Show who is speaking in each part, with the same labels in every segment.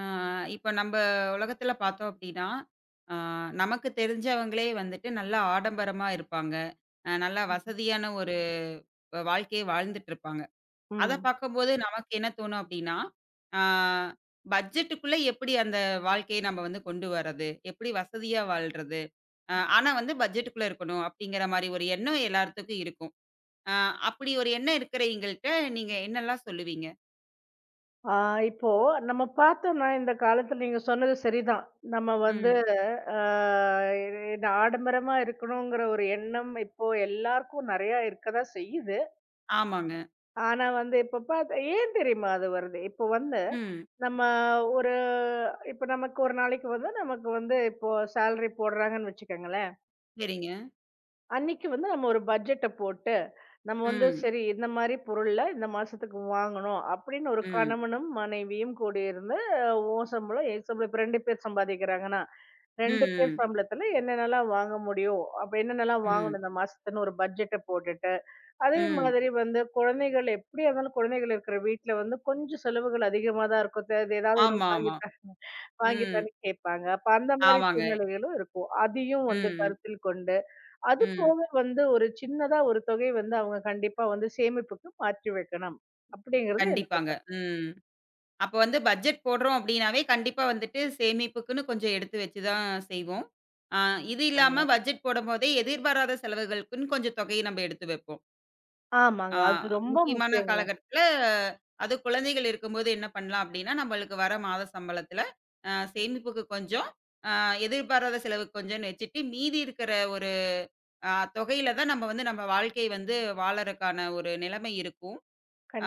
Speaker 1: ஆ, இப்ப நம்ப உலகத்துல பார்த்தோம் அப்படின்னா, ஆ நமக்கு தெரிஞ்சவங்களே வந்துட்டு நல்லா ஆடம்பரமா இருப்பாங்க. நல்லா வசதியான ஒரு வாழ்க்கைய வாழ்ந்துட்டுருப்பாங்க. அத
Speaker 2: ம்.
Speaker 1: பார்க்கும்போது நமக்கு என்ன தோணும் அப்படின்னா, ஆ பட்ஜெட்டுக்குள்ள எப்படி அந்த வாழ்க்கைய நம்ம வந்து கொண்டு வரது? எப்படி வசதியா வாழ்றது? ஆனா வந்து பட்ஜெட்டுக்குள்ள இருக்கணும் அப்படிங்கிற மாரி ஒரு எண்ணம் எல்லாத்துக்கும் இருக்கும். அ அப்படி ஒரு எண்ணம் இருக்கிறவங்கள்ட்ட நீங்க என்னல்லாம் சொல்லுவீங்க?
Speaker 2: ஆ இப்போ நம்ம பார்த்தோம்னா, இந்த காலத்துல நீங்க சொன்னது சரிதான். நம்ம வந்து
Speaker 1: ம்.
Speaker 2: அ இது ஆடம்பரமா இருக்கணுங்கிற ஒரு எண்ணம் இப்போ எல்லாருக்கும் நெறையா இருக்கதான் செய்யுது.
Speaker 1: ஆமாங்க.
Speaker 2: ஆனா வந்து இப்ப பார்த்தா ஏன் தெரியுமா அது வருது? இப்போ வந்து
Speaker 1: ம்.
Speaker 2: நம்ம ஒரு இப்ப நமக்கு ஒரு நாளைக்கு வந்து நமக்கு வந்து இப்போ சேலரி போடுறாங்கன்னு வச்சுக்கோங்களேன்.
Speaker 1: சரிங்க.
Speaker 2: அன்னைக்கு வந்து நம்ம ஒரு பட்ஜெட்ட போட்டு, நம்ம வந்து
Speaker 1: ம்.
Speaker 2: சரி இந்த மாரி பொருள்ல இந்த மாசத்துக்கு வாங்கணும் அப்படின்னு ஒரு
Speaker 1: ம்.
Speaker 2: கணவனும், மனைவியும் கூடியிருந்து உன் சம்பளம், என் சம்பளம் இப்ப 2 பேர் சம்பாதிக்கிறாங்கன்னா,
Speaker 1: ம்,
Speaker 2: 2 பேர்
Speaker 1: ம்,
Speaker 2: சம்பளத்துல என்னென்னலாம் வாங்க முடியும்? அப்ப என்னென்னலாம்
Speaker 1: ம்,
Speaker 2: வாங்கணும் இந்த மாசத்துன்னு ஒரு பட்ஜெட்ட போட்டுட்டு, அதே
Speaker 1: ம்.
Speaker 2: மாதிரி வந்து குழந்தைகள் எப்படியா இருந்தாலும் குழந்தைகள் இருக்கிற வீட்ல வந்து கொஞ்சம் செலவுகள் அதிகமா தான் இருக்கும். அது ஏதாவது ஒண்ணு
Speaker 1: ஆமா, ஆமா.
Speaker 2: வாங்கி
Speaker 1: ம்.
Speaker 2: தான்னு கேட்பாங்க. அப்ப அந்த மாரி
Speaker 1: ஆமாங்க.
Speaker 2: சூழ்நிலைகளும் இருக்கும். அதையும் வந்து
Speaker 1: ம்,
Speaker 2: கருத்தில் கொண்டு அது
Speaker 1: ம்.
Speaker 2: போக வந்து ஒரு சின்னதா ஒரு தொகை வந்து அவங்க கண்டிப்பா வந்து சேமிப்புக்கு மாற்றி வைக்கணும். அப்படிங்கிறது என்னுடைய
Speaker 1: கண்டிப்பாங்க. ம். அப்ப வந்து பட்ஜெட் போடுறோம் அப்படின்னாவே, கண்டிப்பா வந்துட்டு சேமிப்புக்குன்னு கொஞ்சம் எடுத்து வச்சு தான் செய்வோம். ஆ இது
Speaker 2: கருத்துதாங்க.
Speaker 1: இல்லாம பட்ஜெட் போடும்போதே எதிர்பாராத செலவுகளுக்குன்னு கொஞ்சம் தொகைய நம்ம எடுத்து வைப்போம். ஆ
Speaker 2: ஆமாங்க. அது ரொம்ப
Speaker 1: முக்கியமான
Speaker 2: முக்கியங்க.
Speaker 1: காலகட்டத்தில அது குழந்தைகள் இருக்கும்போது என்ன பண்ணலாம் அப்படின்னா, நம்மளுக்கு வர மாத சம்பளத்தில சேமிப்புக்கு கொஞ்சம், அ எதிர்பாராத செலவுக்கு கொஞ்சம்ன்னு வச்சுட்டு, மீதி இருக்கிற ஒரு ஆ தொகையில தான் நம்ம வாழ்க்கை வந்து வாழறக்கான ஒரு நிலைமை இருக்கும்.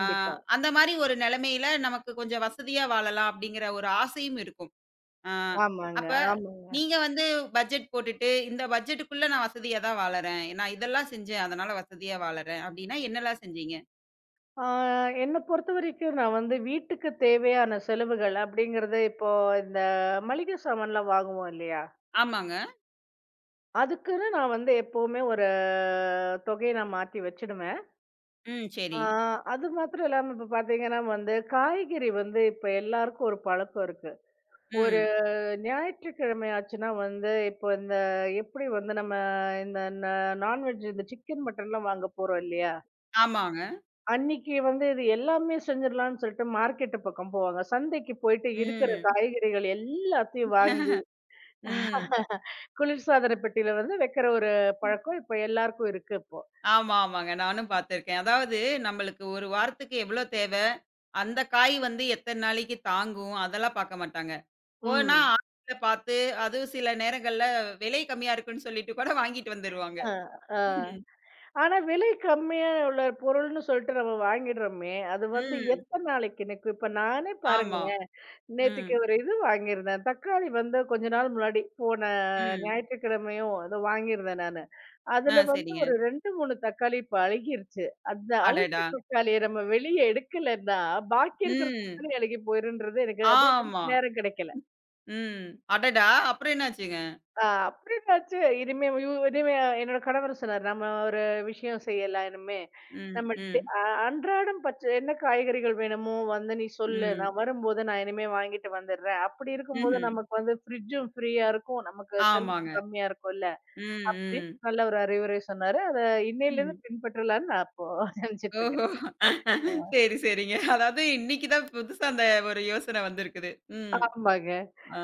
Speaker 1: ஆ அந்த மாரி ஒரு நிலைமையில நமக்கு கொஞ்சம் வசதியா வாழலாம் அப்படிங்கிற ஒரு ஆசையும் இருக்கும். ஆ
Speaker 2: ஆமாங்க,
Speaker 1: அப்ப
Speaker 2: ஆமாங்க.
Speaker 1: நீங்க வந்து பட்ஜெட் போட்டுட்டு, இந்த பட்ஜெட்டுக்குள்ள நான் வசதியா தான் வாழறேன். நான் இதெல்லாம் செஞ்சேன். அதனால வசதியா வாழறேன் அப்படின்னா என்னலாம் செஞ்சீங்க?
Speaker 2: ஆ என்ன பொறுத்தவரைக்கும் நான் வந்து வீட்டுக்கு தேவையான செலவுகள் அப்படிங்கிறத இப்போ இந்த மளிகை சாமான்லாம் வாங்குவோம் இல்லையா?
Speaker 1: ஆமாங்க.
Speaker 2: அதுக்குன்னு நான் வந்து எப்பவுமே ஒரு தொகைய நான் மாத்தி வச்சுடுவேன்.
Speaker 1: ம்.
Speaker 2: ஆ
Speaker 1: சரி.
Speaker 2: அது மாத்திரம் இல்லாம இப்ப பார்த்தீங்கன்னா வந்து, காய்கறி வந்து இப்ப எல்லாருக்கும் ஒரு பழக்கம் இருக்கு. ஒரு
Speaker 1: ம்.
Speaker 2: ஞாயிற்றுக்கிழமை ஆச்சுன்னா வந்து, இப்போ இந்த எப்படி வந்து நம்ம இந்த நான்வெஜ் இந்த சிக்கன், மட்டன்லாம் வாங்க போறோம் இல்லையா?
Speaker 1: ஆமாங்க.
Speaker 2: அன்னைக்கு வந்து இது எல்லாமே செஞ்சிடலாம்னு சொல்லிட்டு மார்க்கெட்டு பக்கம் போவாங்க. சந்தைக்கு போயிட்டு இருக்கிற
Speaker 1: ம்.
Speaker 2: காய்கறிகள் எல்லாத்தையும் வாங்கி,
Speaker 1: ம்.
Speaker 2: குளிர்சாதன பெட்டியில வந்து வைக்கிற ஒரு பழக்கம் இப்ப எல்லாருக்கும் இருக்கு இப்போ.
Speaker 1: ஆமா, ஆமாங்க. நானும் பார்த்துருக்கேன். அதாவது நம்மளுக்கு 1 வாரத்துக்கு எவ்வளோ தேவ? அந்த காய் வந்து எத்தன நாளைக்கு தாங்கும்? அதெல்லாம் பார்க்க மாட்டாங்க. போனா
Speaker 2: ம்.
Speaker 1: ஆன்லைன்ல பார்த்து, அதுவும் சில நேரங்கள்ல விலை கம்மியா இருக்குன்னு சொல்லிட்டு கூட வாங்கிட்டு வந்துருவாங்க.
Speaker 2: அ, ஆ.
Speaker 1: ம்.
Speaker 2: ஆனா விலை கம்மியா உள்ள பொருள்னு சொல்லிட்டு நம்ம வாங்கிடுறோமே, அது வந்து
Speaker 1: ம்,
Speaker 2: எத்தன நாளைக்கு நிக்கும்? இப்ப நானே
Speaker 1: ஆமா.
Speaker 2: பாருங்களேன்,
Speaker 1: ம்.
Speaker 2: நேத்துக்கு ஒரு இது வாங்கியிருந்தேன். தக்காளி வந்து கொஞ்ச நாள் முன்னாடி போன
Speaker 1: ம்.
Speaker 2: ஞாயிற்றுக்கிழமையும் அத வாங்கியிருந்தேன் நானு. அதுல வந்து
Speaker 1: சரிங்க.
Speaker 2: ஒரு 2, 3 தக்காளி இப்ப அழுகிருச்சு. அந்த
Speaker 1: அடடா!
Speaker 2: அழுகின தக்காளிய நம்ம வெளிய எடுக்கலன்னா, பாக்கி இருக்கிற
Speaker 1: ம்.
Speaker 2: தக்காளி அழுகி போயிருன்றது எனக்கு அது
Speaker 1: ஆமா.
Speaker 2: அதுக்கு நேரம் கிடைக்கல.
Speaker 1: ம். அடடா! அப்புறம் என்னாச்சுங்க?
Speaker 2: அப்படின்னாச்சு. இனிமே இனிமே என்னோட கணவர் சொன்னாரு, "நம்ம ஒரு விஷயம் செய்யலாம் இனிமே.
Speaker 1: ம்.
Speaker 2: நம்ம டெ
Speaker 1: ம்.
Speaker 2: அ அன்றாடம் பச்ச என்ன காய்கறிகள் வேணுமோ வந்து நீ சொல்லு.
Speaker 1: ம்.
Speaker 2: நான் வரும்போது நான் இனிமே வாங்கிட்டு வந்துடுறேன்." அப்படி இருக்கும்போது
Speaker 1: ம்ஹ்ம்.
Speaker 2: நமக்கு வந்து ஃப்ரிட்ஜும் ஃப்ரீயா இருக்கும். நமக்கு
Speaker 1: ஆமாங்க.
Speaker 2: செலவும் கம்மியா இருக்கும்ல.
Speaker 1: ம்.
Speaker 2: அப்படின்னு
Speaker 1: ம்.
Speaker 2: நல்ல ஒரு அறிவுரை சொன்னாரு. அத
Speaker 1: ம்.
Speaker 2: இன்னையிலேருந்து பின்பற்றலான்னு நான் இப்போ நினைச்சிட்டு
Speaker 1: ஓஹோ!
Speaker 2: இருக்கேன். ஆ.
Speaker 1: சரி, சரிங்க. அதாவது இன்னைக்கு தான் புதுசா அந்த ஒரு யோசனை வந்திருக்குது. ம்.
Speaker 2: ஆமாங்க.
Speaker 1: அ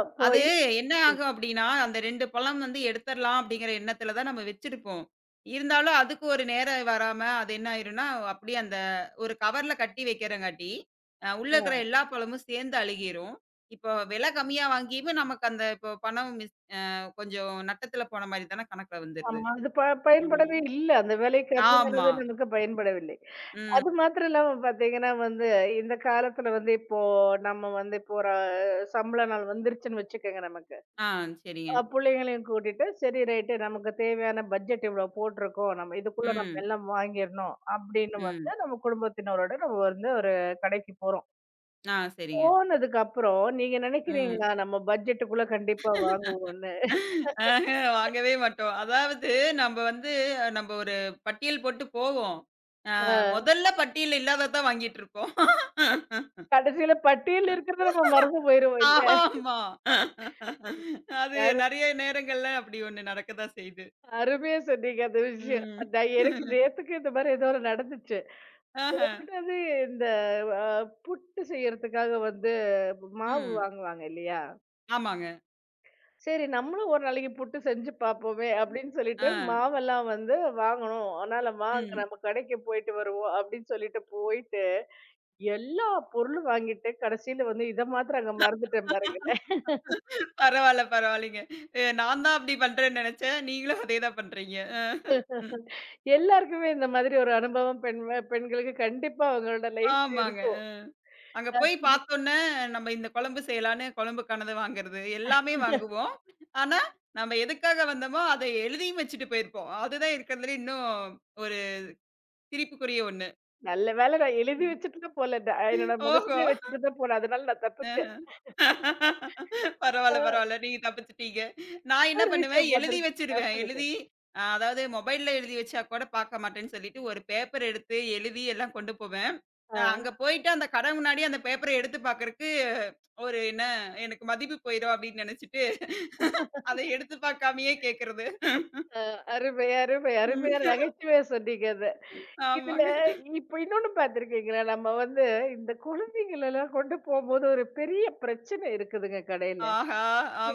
Speaker 2: அப்போ
Speaker 1: அது
Speaker 2: இது
Speaker 1: என்ன
Speaker 2: ம்.
Speaker 1: ஆகும் அப்டின்னா, அந்த 2 பழம் வந்து எடுத்துரலாம் அப்டிங்கிற எண்ணத்துல தான் நம்ம வச்சிருப்போம். இருந்தாலும் அதுக்கு ஒரு நேரம் வராம, அது என்ன ஆயிரும்னா, அப்டியே அந்த ஒரு கவர்ல கட்டி வைக்கிறங்காட்டி, உள்ள இருக்கிற
Speaker 2: ஆ.
Speaker 1: எல்லா பழமும் சேர்ந்து அழுகிரும். இப்போ விலை கம்மியா வாங்கியும் நமக்கு அந்த இப்போ பணம் மிஸ், கொஞ்சம் நட்டத்துல போன மாரி தான கணக்குல வந்துருது.
Speaker 2: ஆமா. அது
Speaker 1: ம்.
Speaker 2: பயன்படவே இல்ல. அந்த விலை
Speaker 1: ஆமா.
Speaker 2: கம்மியானது நமக்கு பயன்படவில்லை.
Speaker 1: ம்.
Speaker 2: அது மாத்திரம் இல்லாம பார்த்தீங்கன்னா வந்து, இந்த காலத்துல வந்து இப்போ நம்ம வந்து இப்போ ஒரு சம்பள நாள் வந்துருச்சுன்னு வச்சுக்கங்க நமக்கு.
Speaker 1: ஆ சரிங்க.
Speaker 2: புள்ளைங்களையும் கூட்டிட்டு, சரி ரைட்டு நமக்கு தேவையான பட்ஜெட் இவ்வளோ போட்டிருக்கோம். நம்ம இதுக்குள்ள நம்ம
Speaker 1: ம்.
Speaker 2: எல்லாம் வாங்கிரணும். அப்படின்னு
Speaker 1: ம்.
Speaker 2: வந்து நம்ம குடும்பத்தினரோட நம்ம வந்து ஒரு கடைக்கு போறோம்.
Speaker 1: சரிங்க.
Speaker 2: போனதுக்கப்புறம் நீங்க
Speaker 1: ம்.
Speaker 2: நினைக்கிறீங்களா நம்ம பட்ஜெட்டுக்குள்ள கண்டிப்பா வாங்குவோம்ன்னு.
Speaker 1: ஆஹ வாங்கவே மாட்டோம். அதாவது நம்ப வந்து நம்ப ஒரு பட்டியல் போட்டு போவோம்.
Speaker 2: அ
Speaker 1: முதல்ல பட்டியல் இல்லாதத தான் வாங்கிட்டு இருப்போம்.
Speaker 2: கடைசியில பட்டியல்ல இருக்கிறத நம்ம மறந்து போயிருவோம்
Speaker 1: ஆமா. அது
Speaker 2: இல்ல.
Speaker 1: நெறைய நேரங்கள்ல அப்படி ஒண்ணு நடக்க தான் செய்யுது.
Speaker 2: அருமையா சொன்னீங்க அந்த விஷயம்.
Speaker 1: ம்.
Speaker 2: நான் எனக்கு நேத்துக்கு இந்த மாரி ஏதோ ஒண்ணு நடந்துச்சு.
Speaker 1: ஆஹ.
Speaker 2: போனது இந்த அ புட்டு செய்யறதுக்காக வந்து மாவு
Speaker 1: ம்.
Speaker 2: வாங்குவாங்க இல்லையா?
Speaker 1: ஆமாங்க.
Speaker 2: சரி நம்மளும் ஒரு நாளைக்கு புட்டு செஞ்சு பார்ப்போமே அப்படின்னு சொல்லிட்டு
Speaker 1: ஆ.
Speaker 2: மாவெல்லாம் வந்து வாங்கணும். அதனால வாங்க
Speaker 1: ம்.
Speaker 2: நம்ம கடைக்கு போயிட்டு வருவோம் அப்படின்னு சொல்லிட்டு போயிட்டு, எல்லா பொருளும் வாங்கிட்டு கடைசியில வந்து இத மாத்திரம் அங்க மறந்துட்டேன் பாருங்களேன்.
Speaker 1: பரவால்ல, பரவால்லைங்க. நான் தான் அப்படி பண்றேன்னு நெனச்சேன். நீங்களும் அதே தான் பண்றீங்க. ம்.
Speaker 2: எல்லாருக்குமே இந்த மாதிரி ஒரு அனுபவம் பெண்களுக்கு கண்டிப்பா அவங்களோட லைஃப்ல
Speaker 1: ஆமாங்க.
Speaker 2: இருக்கும்.
Speaker 1: அங்க போய் பார்த்தோன்னே, நம்ம இந்த குழம்பு செய்யலான்னு குழம்புக்கானத வாங்குறது, எல்லாமே வாங்குவோம். ஆனா, நம்ம எதுக்காக வந்தோமோ, அத எழுதியும் வச்சுட்டு போயிருப்போம். அதுதான் இருக்கிறதுல இன்னும் ஒரு சிரிப்புக்குரிய ஒண்ணு.
Speaker 2: நல்ல வேளை நான் எழுதி வச்சுட்டு தான் போல. என்னோட
Speaker 1: ஓஹோ!
Speaker 2: மனசுலயே வச்சுட்டு தான் போனேன். அதனால நான்
Speaker 1: ஆஹ.
Speaker 2: தப்பிச்சேன்.
Speaker 1: பரவால்ல,
Speaker 2: அ
Speaker 1: பரவால்ல. நீங்க தப்பிச்சுட்டீங்க. நான் என்ன
Speaker 2: ஒரு
Speaker 1: பண்ணுவேன்,
Speaker 2: விஷயம்
Speaker 1: எழுதி
Speaker 2: பார்த்துருக்கேன்.
Speaker 1: வச்சுருவேன்.
Speaker 2: சொல்லுங்க.
Speaker 1: எழுதி, அதாவது மொபைல்ல எழுதி வச்சா கூட பார்க்க மாட்டேன்னு சொல்லிட்டு, ஒரு பேப்பர் எடுத்து எழுதி எல்லாம் கொண்டு போவேன்.
Speaker 2: ஆ.
Speaker 1: அங்க போயிட்டு அந்த கடை முன்னாடி அந்த பேப்பர எடுத்து பார்க்கறக்கு, ஒரு என்ன எனக்கு மதிப்பு போயிரும் அப்டின்னு நெனச்சுட்டு அதை எடுத்து பார்க்காமயே கேட்கிறது.
Speaker 2: அ அருமை, அருமை, அருமையா
Speaker 1: ம்.
Speaker 2: நகைச்சுவையா சொன்னீங்க அத. இதுல
Speaker 1: ஆமாங்க.
Speaker 2: இப்ப இன்னொன்னு பார்த்துருக்கீங்களா? நம்ம வந்து இந்த குழந்தைங்களலாம் கொண்டு போம்போது ஒரு பெரிய பிரச்சனை இருக்குதுங்க கடையில.
Speaker 1: ஆஹா!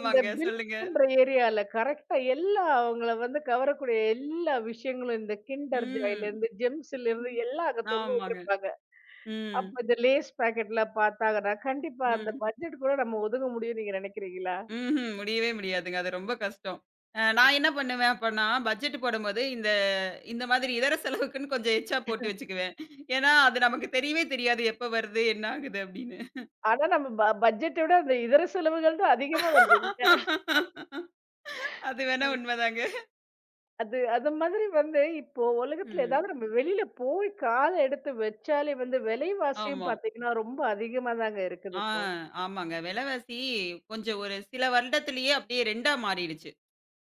Speaker 2: இந்த பில்
Speaker 1: சொல்லுங்க.
Speaker 2: பண்ற ஏரியால கரெக்ட்டா எல்லா அவங்கள வந்து கவரக்கூடிய எல்லா விஷயங்களும் இந்த Kinder
Speaker 1: ம்.
Speaker 2: Joyலேருந்து, Gemsலேருந்து
Speaker 1: ம்.
Speaker 2: எல்லாம் அங்க தொங்க
Speaker 1: ஆமாங்க.
Speaker 2: விட்டுருப்பாங்க.
Speaker 1: ம்.
Speaker 2: அப்ப இந்த லேஸ் பாக்கெட்ல பாத்தாங்கன்னா, கண்டிப்பா அந்த
Speaker 1: ம்.
Speaker 2: பட்ஜெட் கூட நம்ம ஒதுங்க முடியும்னு நீங்க நெனைக்கிறீங்களா?
Speaker 1: ம்ஹ்ம். முடியவே முடியாதுங்க. அது ரொம்ப கஷ்டம். நான் என்ன பண்ணுவேன் அப்பன்னா, பட்ஜெட் போடும்போது இந்த இந்த மாதிரி இதர செலவுக்குன்னு கொஞ்சம் எச்சா போட்டு வச்சுக்குவேன். ஏன்னா, அது நமக்கு தெரியவே தெரியாது எப்ப வருது, என்ன ஆகுது அப்படின்னு.
Speaker 2: ஆனா நம்ம பட்ஜெட்ட விட அந்த இதர செலவுகள் தான் அதிகமா வருது இல்லையா?
Speaker 1: அது வேணா உண்மைதாங்க.
Speaker 2: அது அது மாதிரி வந்து இப்போ உலகத்துல
Speaker 1: ம்.
Speaker 2: ஏதாவது நம்ம வெளியில போய் கால எடுத்து வச்சாலே வந்து விலைவாசியும்
Speaker 1: ஆமா.
Speaker 2: பாத்தீங்கன்னா, ரொம்ப அதிகமா தாங்க இருக்குது
Speaker 1: ஆ
Speaker 2: இப்போ.
Speaker 1: ஆமாங்க. விலைவாசி கொஞ்சம் ஒரு சில வருடத்திலேயே அப்படியே 2ஆ மாறிடுச்சு.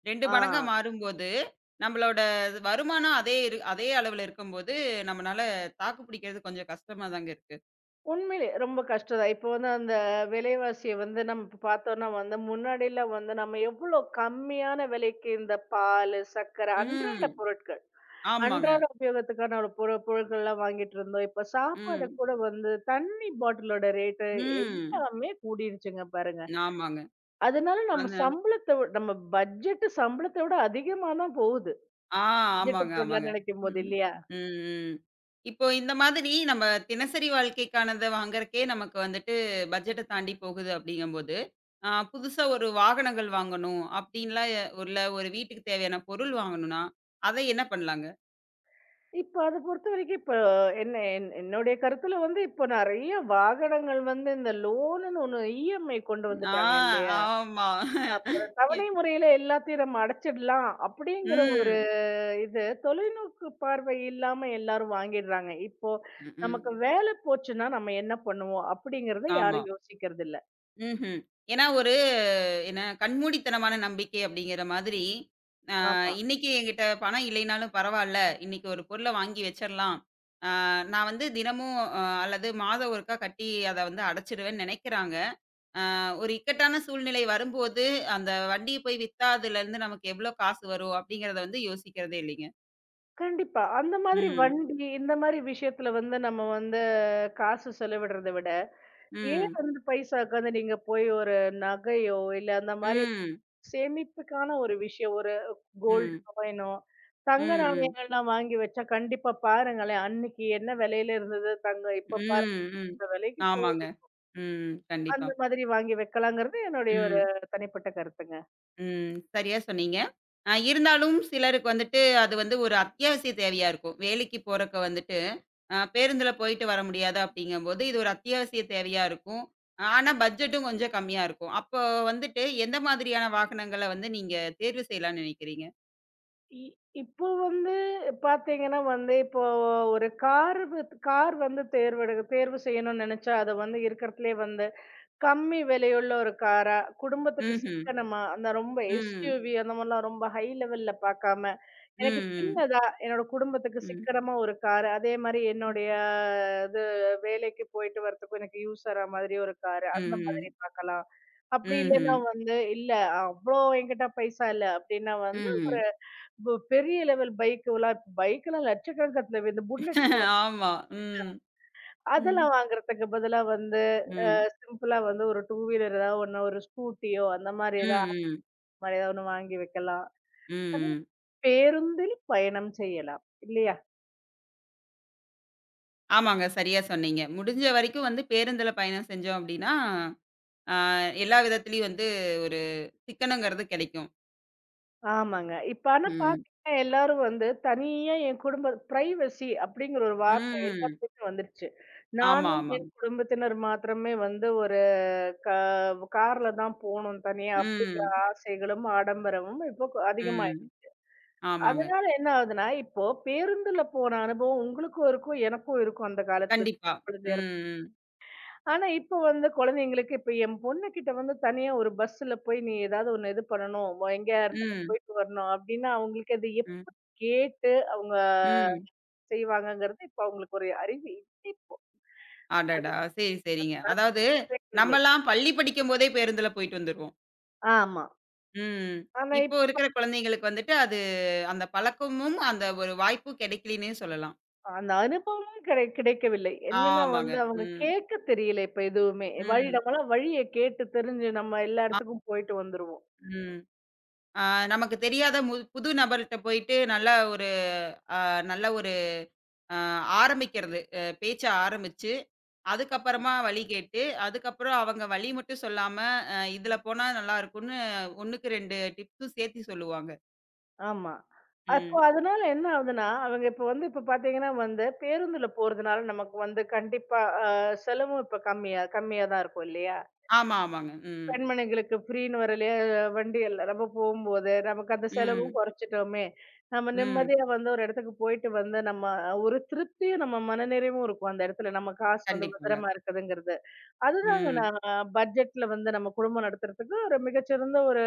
Speaker 1: 2
Speaker 2: ஆ
Speaker 1: மடங்கா மாறும்போது, நம்மளோட வருமானம் அதே அளவுல இருக்கும்போது, நம்மனால தாக்கு பிடிக்கிறது கொஞ்சம் கஷ்டமா தாங்க இருக்கு.
Speaker 2: உண்மையிலே ரொம்ப கஷ்டம் தான். இப்போ வந்து அந்த விலைவாசிய வந்து நம்ம இப்ப பாத்தோம்னா வந்து முன்னாடிலாம் வந்து நம்ம எவ்ளோ கம்மியான விலைக்கு இந்த பாலு, சர்க்கரை அன்றாட
Speaker 1: ம்.
Speaker 2: பொருட்கள்
Speaker 1: ஆமாங்க.
Speaker 2: அன்றாட உபயோகத்துக்கான ஒரு பொருட்கள்லாம் வாங்கிட்டு இருந்தோம். இப்ப சாப்பாடு
Speaker 1: ம்.
Speaker 2: கூட வந்து தண்ணி பாட்டிலோட ரேட்டு
Speaker 1: ம்.
Speaker 2: எல்லாமே கூடிருச்சுங்க பாருங்க.
Speaker 1: ஆமாங்க.
Speaker 2: அதனால நம்ம
Speaker 1: அந்த
Speaker 2: சம்பளத்த நம்ம பட்ஜெட் சம்பளத்த விட அதிகமா தான் போகுது.
Speaker 1: ஆ ஆமாங்க,
Speaker 2: பட்ஜெட்
Speaker 1: ஆமாங்க.
Speaker 2: போடலாம்னு நினைக்கும்போது
Speaker 1: ம்.
Speaker 2: இல்லையா?
Speaker 1: ம், ம். இப்போ இந்த மாதிரி நம்ம தினசரி வாழ்க்கைக்கானத வாங்குறக்கே நமக்கு வந்துட்டு பட்ஜெட்ட தாண்டி போகுது அப்படிங்கும்போது, புதுசா ஒரு வாகனங்கள் வாங்கணும் அப்படின்லாம் ஒரு வீட்டுக்கு தேவையான பொருள் வாங்கணும்னா, அத என்ன பண்ணலாங்க?
Speaker 2: இப்ப அத பொறுத்தவரைக்கும் இப்ப என்ன என்னுடைய கருத்துல வந்து இப்ப நெறைய வாகனங்கள் வந்து இந்த லோனுன்னு ஒண்ணு இஎம்ஐ கொண்டு
Speaker 1: ஆ
Speaker 2: வந்துட்டாங்க இல்லையா?
Speaker 1: ஆமா.
Speaker 2: அப்ப
Speaker 1: எ
Speaker 2: தவணை முறையில எல்லாத்தையும் நம்ம அடைச்சிடலாம் அப்படிங்கிற ஒரு
Speaker 1: ம்.
Speaker 2: இது தொலைநோக்கு பார்வை இல்லாம எல்லாரும் வாங்கிடுறாங்க. இப்போ
Speaker 1: ம்.
Speaker 2: நமக்கு வேலை போச்சுன்னா நம்ம என்ன பண்ணுவோம்? அப்படிங்கிறத
Speaker 1: ஆமா.
Speaker 2: யாரும் யோசிக்கிறது இல்ல.
Speaker 1: ம்ஹ்ம். ஏன்னா ஒரு என்ன கண்மூடித்தனமான நம்பிக்கை அப்படிங்கிற மாதிரி,
Speaker 2: ஆமா.
Speaker 1: இன்னைக்கு என்கிட்ட பணம் இல்லைனாலும் பரவால்ல. இன்னைக்கு ஒரு பொருள வாங்கி வச்சரலாம். அ நான் வந்து தினமும் அல்லது மாதம் ஒருக்கா கட்டி அத வந்து அடைச்சிருவேன்னு நெனைக்கிறாங்க. ஒரு இக்கட்டான சூழ்நிலை வரும்போது, அந்த வண்டிய போய் வித்தா அதுலருந்து நமக்கு எவ்வளோ காசு வரும் அப்படிங்கிறத வந்து யோசிக்கிறதே இல்லைங்க.
Speaker 2: கண்டிப்பா. அந்த மாதிரி
Speaker 1: ம்.
Speaker 2: வண்டி, இந்த மாதிரி விஷயத்துல வந்து நம்ம வந்து காசு செலவிடுறத விட, ஏன்
Speaker 1: ம்.
Speaker 2: வந்து பைசாக்கு வந்து நீங்க போய் ஒரு நகையோ, இல்ல அந்த மாதிரி
Speaker 1: ம்.
Speaker 2: சேமிப்புக்கான ஒரு விஷயம், ஒரு கோல்டு
Speaker 1: ம்.
Speaker 2: காயினோ,
Speaker 1: ம்.
Speaker 2: தங்க
Speaker 1: ம்.
Speaker 2: நாணயங்கள்லாம் வாங்கி வச்சா கண்டிப்பா பாருங்களேன், அன்னைக்கு என்ன விலையில இருந்தது தங்கம், இப்ப பாருங்க
Speaker 1: ம், ம்.
Speaker 2: இந்த விலைக்கு
Speaker 1: ஆமாங்க. ம். கண்டிப்பா.
Speaker 2: அந்த மாதிரி வாங்கி வைக்கலாங்கிறது என்னுடைய ஒரு
Speaker 1: ம்,
Speaker 2: தனிப்பட்ட கருத்துங்க.
Speaker 1: ம். சரியா சொன்னீங்க. இருந்தாலும் சிலருக்கு வந்துட்டு அது வந்து ஒரு அத்தியாவசிய தேவையா இருக்கும். வேலைக்கு போறக்கு வந்துட்டு, பேருந்துல போயிட்டு வர முடியாது அப்படிங்கும்போது, இது ஒரு அத்தியாவசிய தேவையா இருக்கும். ஆனா பட்ஜெட்டும் கொஞ்சம் கம்மியா இருக்கும். அப்போ வந்துட்டு எந்த மாதிரியான வாகனங்கள வந்து நீங்க தேர்வு செய்யலாம்னு நினைக்கிறீங்க?
Speaker 2: இ இப்போ வந்து பார்த்தீங்கன்னா வந்து, இப்போ ஒரு கார் கார் வந்து தேர்வு செய்யணும்னு நெனச்சா, அது வந்து இருக்கறதுலயே வந்து கம்மி விலையுள்ள ஒரு காரா, குடும்பத்துக்கு
Speaker 1: ம்ஹ்ம்.
Speaker 2: சிக்கனமா, அந்த ரொம்ப
Speaker 1: ம்.
Speaker 2: எஸ்யூவி அந்த மாரிலாம் ரொம்ப ஹை லெவல்ல பாக்காம,
Speaker 1: ம்,
Speaker 2: எனக்கு
Speaker 1: ம்.
Speaker 2: சின்னதா என்னோட குடும்பத்துக்கு
Speaker 1: ம்.
Speaker 2: சிக்கனமா ஒரு காரு, அதே மாரி என்னுடைய இது வேலைக்கு போயிட்டு வரதுக்கும் எனக்கு யூஸ் ஆற மாதிரி ஒரு காரு,
Speaker 1: ம்,
Speaker 2: அந்த மாதிரி
Speaker 1: ம்.
Speaker 2: பாக்கலாம். அப்படி இல்லன்னா
Speaker 1: ம்ஹ்ம்.
Speaker 2: வந்து, இல்ல அவ்ளோ என்கிட்ட பைசா இல்ல அப்படின்னா வந்து, ஒரு
Speaker 1: ம்.
Speaker 2: பெரிய லெவல் பைக்லாம் லட்சக்கணக்கத்துல இந்த புல்லட்
Speaker 1: ஆமா. ம். ம்.
Speaker 2: அதெல்லாம் வாங்குறதுக்கு பதிலா வந்து
Speaker 1: ம்.
Speaker 2: சிம்பிளா வந்து ஒரு டூ வீலர் ஏதாவது ஒண்ணு, ஒரு ஸ்கூட்டியோ அந்த மாரி
Speaker 1: ம்,
Speaker 2: ஏதாவது
Speaker 1: ம்.
Speaker 2: அந்த மாரி ஏதாவது ஒண்ணு வாங்கி வைக்கலாம். ஆனா
Speaker 1: ம்.
Speaker 2: பேருந்தில் பயணம் செய்யலாம். இல்லையா?
Speaker 1: ஆமாங்க. சரியா சொன்னீங்க. முடிஞ்ச வரைக்கும் வந்து பேருந்துல பயணம் செஞ்சோம் அப்டின்னா, ஆ எல்லா விதத்திலயும் வந்து ஒரு சிக்கனங்கிறது கெடைக்கும்.
Speaker 2: ஆமாங்க. இப்ப ஆனா
Speaker 1: ம்.
Speaker 2: பார்த்தீங்கன்னா, எல்லாரும் வந்து தனியா என் குடும்ப பிரைவசி அப்படிங்கிற ஒரு வார்த்தை
Speaker 1: ம்.
Speaker 2: எல்லாத்துக்குமே வந்துருச்சு.
Speaker 1: ஆமா,
Speaker 2: நானும் என்
Speaker 1: ஆமாங்க.
Speaker 2: குடும்பத்தினர் மாத்திரமே வந்து ஒரு கா கார்ல தான் போணும் தனியா அப்படிங்கிற
Speaker 1: ம்.
Speaker 2: ஆசைகளும், ஆடம்பரமும் இப்போ
Speaker 1: ம்.
Speaker 2: அதிகமாயிடுச்சு.
Speaker 1: ஆமாங்க.
Speaker 2: அதனால என்ன ஆகுதுன்னா, இப்போ பேருந்துல போன அனுபவம் உங்களுக்கும் இருக்கும், எனக்கும் இருக்கும் அந்த காலத்துல.
Speaker 1: கண்டிப்பா. ம்.
Speaker 2: ஆனா, இப்ப வந்து குழந்தைங்களுக்கு இப்ப என் பொண்ணுகிட்ட வந்து தனியா ஒரு பஸ்ல போய் நீ ஏதாவது ஒண்ணு இது பண்ணணும். எங்கேயா இடத்துக்கு
Speaker 1: ம்.
Speaker 2: போயிட்டு வரணும் அப்டின்னா, அவங்களுக்கு அது
Speaker 1: ம்.
Speaker 2: எப்படி கேட்டு அவங்க
Speaker 1: ம்.
Speaker 2: செய்வாங்கங்கிறது, இப்ப அவங்களுக்கு ஒரு அறிவு இல்லை இப்போ.
Speaker 1: அடடா! சரி, சரிங்க.
Speaker 2: அதாவது
Speaker 1: அதாவது
Speaker 2: கிடைக்கவில்லை.
Speaker 1: நம்மலாம் பள்ளி படிக்கும்போதே பேருந்துல போயிட்டு வந்துருவோம்.
Speaker 2: ஆமா.
Speaker 1: ம்.
Speaker 2: ஆனா
Speaker 1: இப்போ
Speaker 2: இப்ப
Speaker 1: இருக்கிற குழந்தைங்களுக்கு வந்துட்டு அது அந்த பழக்கமும், அந்த ஒரு வாய்ப்பும் கெடைக்கலன்னே சொல்லலாம்.
Speaker 2: அந்த அனுபவமே கிடைக்கவில்லை. என்னன்னா
Speaker 1: ஆமாங்க.
Speaker 2: வந்து அவங்க
Speaker 1: ம்.
Speaker 2: கேட்க தெரியல இப்ப எதுவுமே. வழி
Speaker 1: ம்.
Speaker 2: நம்மலாம் வழிய கேட்டு தெரிஞ்சு நம்ம எல்லா இடத்துக்கும் போயிட்டு வந்துருவோம்.
Speaker 1: ம். ஆ நமக்கு தெரியாத புது நபர்ட்ட போயிட்டு அ நல்ல ஒரு அ ஆரம்பிக்கிறது. பேச்ச ஆரம்பிச்சு, அதுக்கப்புறமா வழி கேட்டு, அதுக்கப்புறம் அவங்க வழி மட்டும் சொல்லாம, "இதுல போனா நல்லாருக்கும்ன்னு" 1க்கு 2 டிப்ஸும் சேர்த்தி சொல்லுவாங்க.
Speaker 2: ஆமா. அப்போ
Speaker 1: ம்.
Speaker 2: அதனால என்ன ஆகுதுன்னா, அவங்க இப்ப வந்து இப்ப பார்த்தீங்கன்னா வந்து பேருந்துல போறதுனால நமக்கு வந்து கண்டிப்பா செலவும் இப்ப கம்மியா கம்மியா தான் இருக்கும் இல்லையா?
Speaker 1: ஆமா, ஆமாங்க. ம்.
Speaker 2: பெண்மணிகளுக்கு ஃப்ரீன்னு வரலையே வண்டி இல்ல. நம்ம போம்போது நமக்கு அந்த செலவும்
Speaker 1: ம்.
Speaker 2: குறைச்சிட்டோமே! நம்ம
Speaker 1: ம்.
Speaker 2: நிம்மதியா வந்து ஒரு இடத்துக்கு போயிட்டு வந்து நம்ம ஒரு திருப்தியும் நம்ம மனநிறைவும் இருக்கும் அந்த இடத்துல. நம்ம காசு வந்து
Speaker 1: கண்டிப்பாங்க.
Speaker 2: பத்திரமா இருக்குதுங்கிறது. அதுதாங்க
Speaker 1: ம்.
Speaker 2: நான் பட்ஜெட்ல வந்து நம்ம குடும்பம் நடத்துறதுக்கு ஒரு மிகச்சிறந்த ஒரு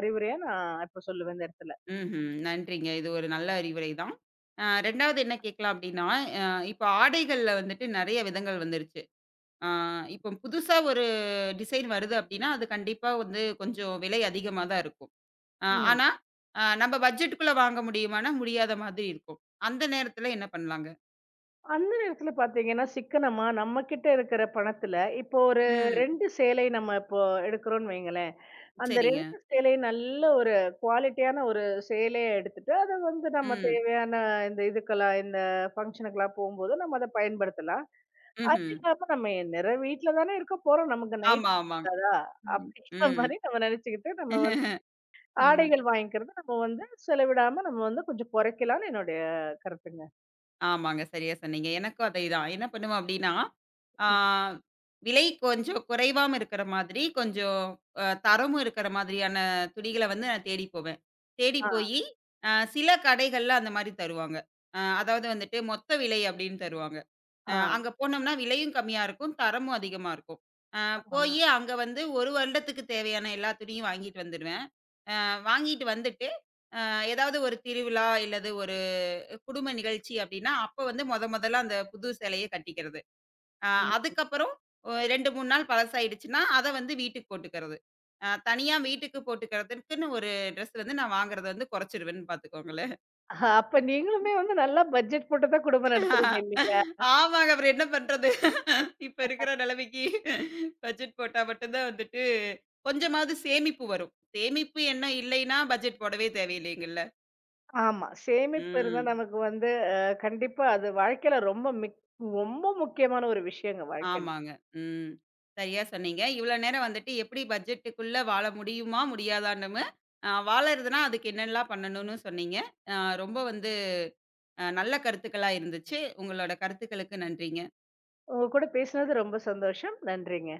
Speaker 2: அறிவுரையா நான் இப்ப சொல்லுவேன் இந்த இடத்துல.
Speaker 1: ம்ஹ்ம். நன்றிங்க. இது ஒரு நல்ல அறிவுரை தான். 2வது என்ன கேட்கலாம் அப்டின்னா, அ இப்ப ஆடைகள்ல வந்துட்டு நெறைய விதங்கள் வந்துருச்சு. ஆ இப்போ புதுசா டிசைன் வருது அப்டின்னா, அது கண்டிப்பா வந்து கொஞ்சம் விலை அதிகமா தான் இருக்கும். ஆனா, நம்ம பட்ஜெட்டுக்குள்ள வாங்க முடியுமான்னா, முடியாத மாதிரி இருக்கும். அந்த நேரத்துல என்ன பண்ணலாங்க?
Speaker 2: அந்த நேரத்துல பாத்தீங்கன்னா, சிக்கனமா நம்மகிட்ட இருக்கிற பணத்துல, இப்போ ஒரு
Speaker 1: ம்.
Speaker 2: 2 சேலை நம்ம இப்போ எடுக்கிறோம்னு வைங்களேன். அந்த
Speaker 1: சரிங்க.
Speaker 2: 2 சேலையும் நல்ல ஒரு குவாலிட்டியான ஒரு சேலைய எடுத்துட்டு, அத வந்து நம்ம
Speaker 1: ம்.
Speaker 2: தேவையான இந்த இதுக்கெல்லாம், இந்த ஃபங்ஷனுக்கெல்லாம் போம்போது நம்ம அத பயன்படுத்தலாம். அது
Speaker 1: ம்ஹ்ம்.
Speaker 2: இல்லாம நம்ம நேரம் வீட்ல தானே இருக்க போறோம். நமக்கு நைட்
Speaker 1: ஆமா, ஆமாங்க.
Speaker 2: இருக்காதா?
Speaker 1: ம்.
Speaker 2: அப்படிங்கிற
Speaker 1: ம்.
Speaker 2: மாரி நம்ம நெனச்சுக்கிட்டு, நம்ம வந்து
Speaker 1: ம்.
Speaker 2: ஆடைகள் வாங்கிக்கிறத நம்ம வந்து செலவிடாம நம்ம வந்து கொஞ்சம் குறைக்கலாம்னு என்னுடைய கருத்துங்க.
Speaker 1: ஆமாங்க. சரியா சொன்னீங்க. எனக்கும் அதேதான். என்ன பண்ணுவேன் அப்டின்னா, ஆ
Speaker 2: ம்.
Speaker 1: விலை கொஞ்சம் குறைவாவும் இருக்கிற மாதிரி, கொஞ்சம் தரமும் இருக்கிற மாதிரியான துணிகள வந்து நான் தேடி போவேன். தேடி
Speaker 2: ஆ,
Speaker 1: போயி, சில கடைகள்ல அந்த மாரி தருவாங்க. அதாவது வந்துட்டு மொத்த விலை அப்டின்னு தருவாங்க.
Speaker 2: ஆ,
Speaker 1: அங்க போனோம்னா விலையும் கம்மியா இருக்கும், தரமும் அதிகமா இருக்கும். அ போயி அங்க வந்து 1 வருடத்துக்கு தேவையான எல்லா துணியும் வாங்கிட்டு வந்துருவேன். வாங்கிட்டு வந்துட்டு, அ ஏதாவது ஒரு திருவிழா இல்லது ஒரு குடும்ப நிகழ்ச்சி அப்டின்னா, அப்ப வந்து மொதல்ல அந்த புது சேலைய கட்டிக்கிறது. அ
Speaker 2: ஆ.
Speaker 1: அதுக்கப்புறம் 2, 3 நாள் பழசாயிடுச்சுன்னா, அத வந்து வீட்டுக்கு போட்டுக்கிறது. தனியா வீட்டுக்கு போட்டுக்கிறதுக்குன்னு ஒரு ட்ரெஸ் வந்து நான் வாங்குறத வந்து குறைச்சிருவேன்னு பார்த்துக்கோங்களேன்.
Speaker 2: ஆஹா, அப்ப நீங்களுமே வந்து நல்லா பட்ஜெட் போட்டு தான் குடும்பம் நடத்துறீங்க இல்லையா?
Speaker 1: ஆமாங்க. அப்புறம் என்ன பண்றது? இப்ப இருக்கிற நிலைமைக்கு பட்ஜெட் போட்டா மட்டும் தான் வந்துட்டு கொஞ்சமாவது சேமிப்பு வரும். சேமிப்பு எண்ணம் இல்லைன்னா பட்ஜெட் போடவே தேவையில்லைங்கல்ல.
Speaker 2: ஆமா. சேமிப்பு இருந்தா
Speaker 1: ம்.
Speaker 2: நமக்கு வந்து அ கண்டிப்பா அது வாழ்க்கையில ரொம்ப ரொம்ப முக்கியமான ஒரு விஷயங்க வாழ்க்கையில.
Speaker 1: ஆமாங்க. ம். சரியா சொன்னீங்க. இவ்ளோ நேரம் வந்துட்டு எப்படி பட்ஜெட்டுக்குள்ள வாழ முடியுமா? முடியாதான்னுமு, வாழறதுனா அதுக்கு என்னெல்லாம் பண்ணணும்னு சொன்னீங்க. அ ரொம்ப வந்து நல்ல கருத்துக்களா இருந்துச்சு. உங்களோட கருத்துக்களுக்கு நன்றிங்க.
Speaker 2: உங்க கூட பேசினது ரொம்ப சந்தோஷம். நன்றிங்க.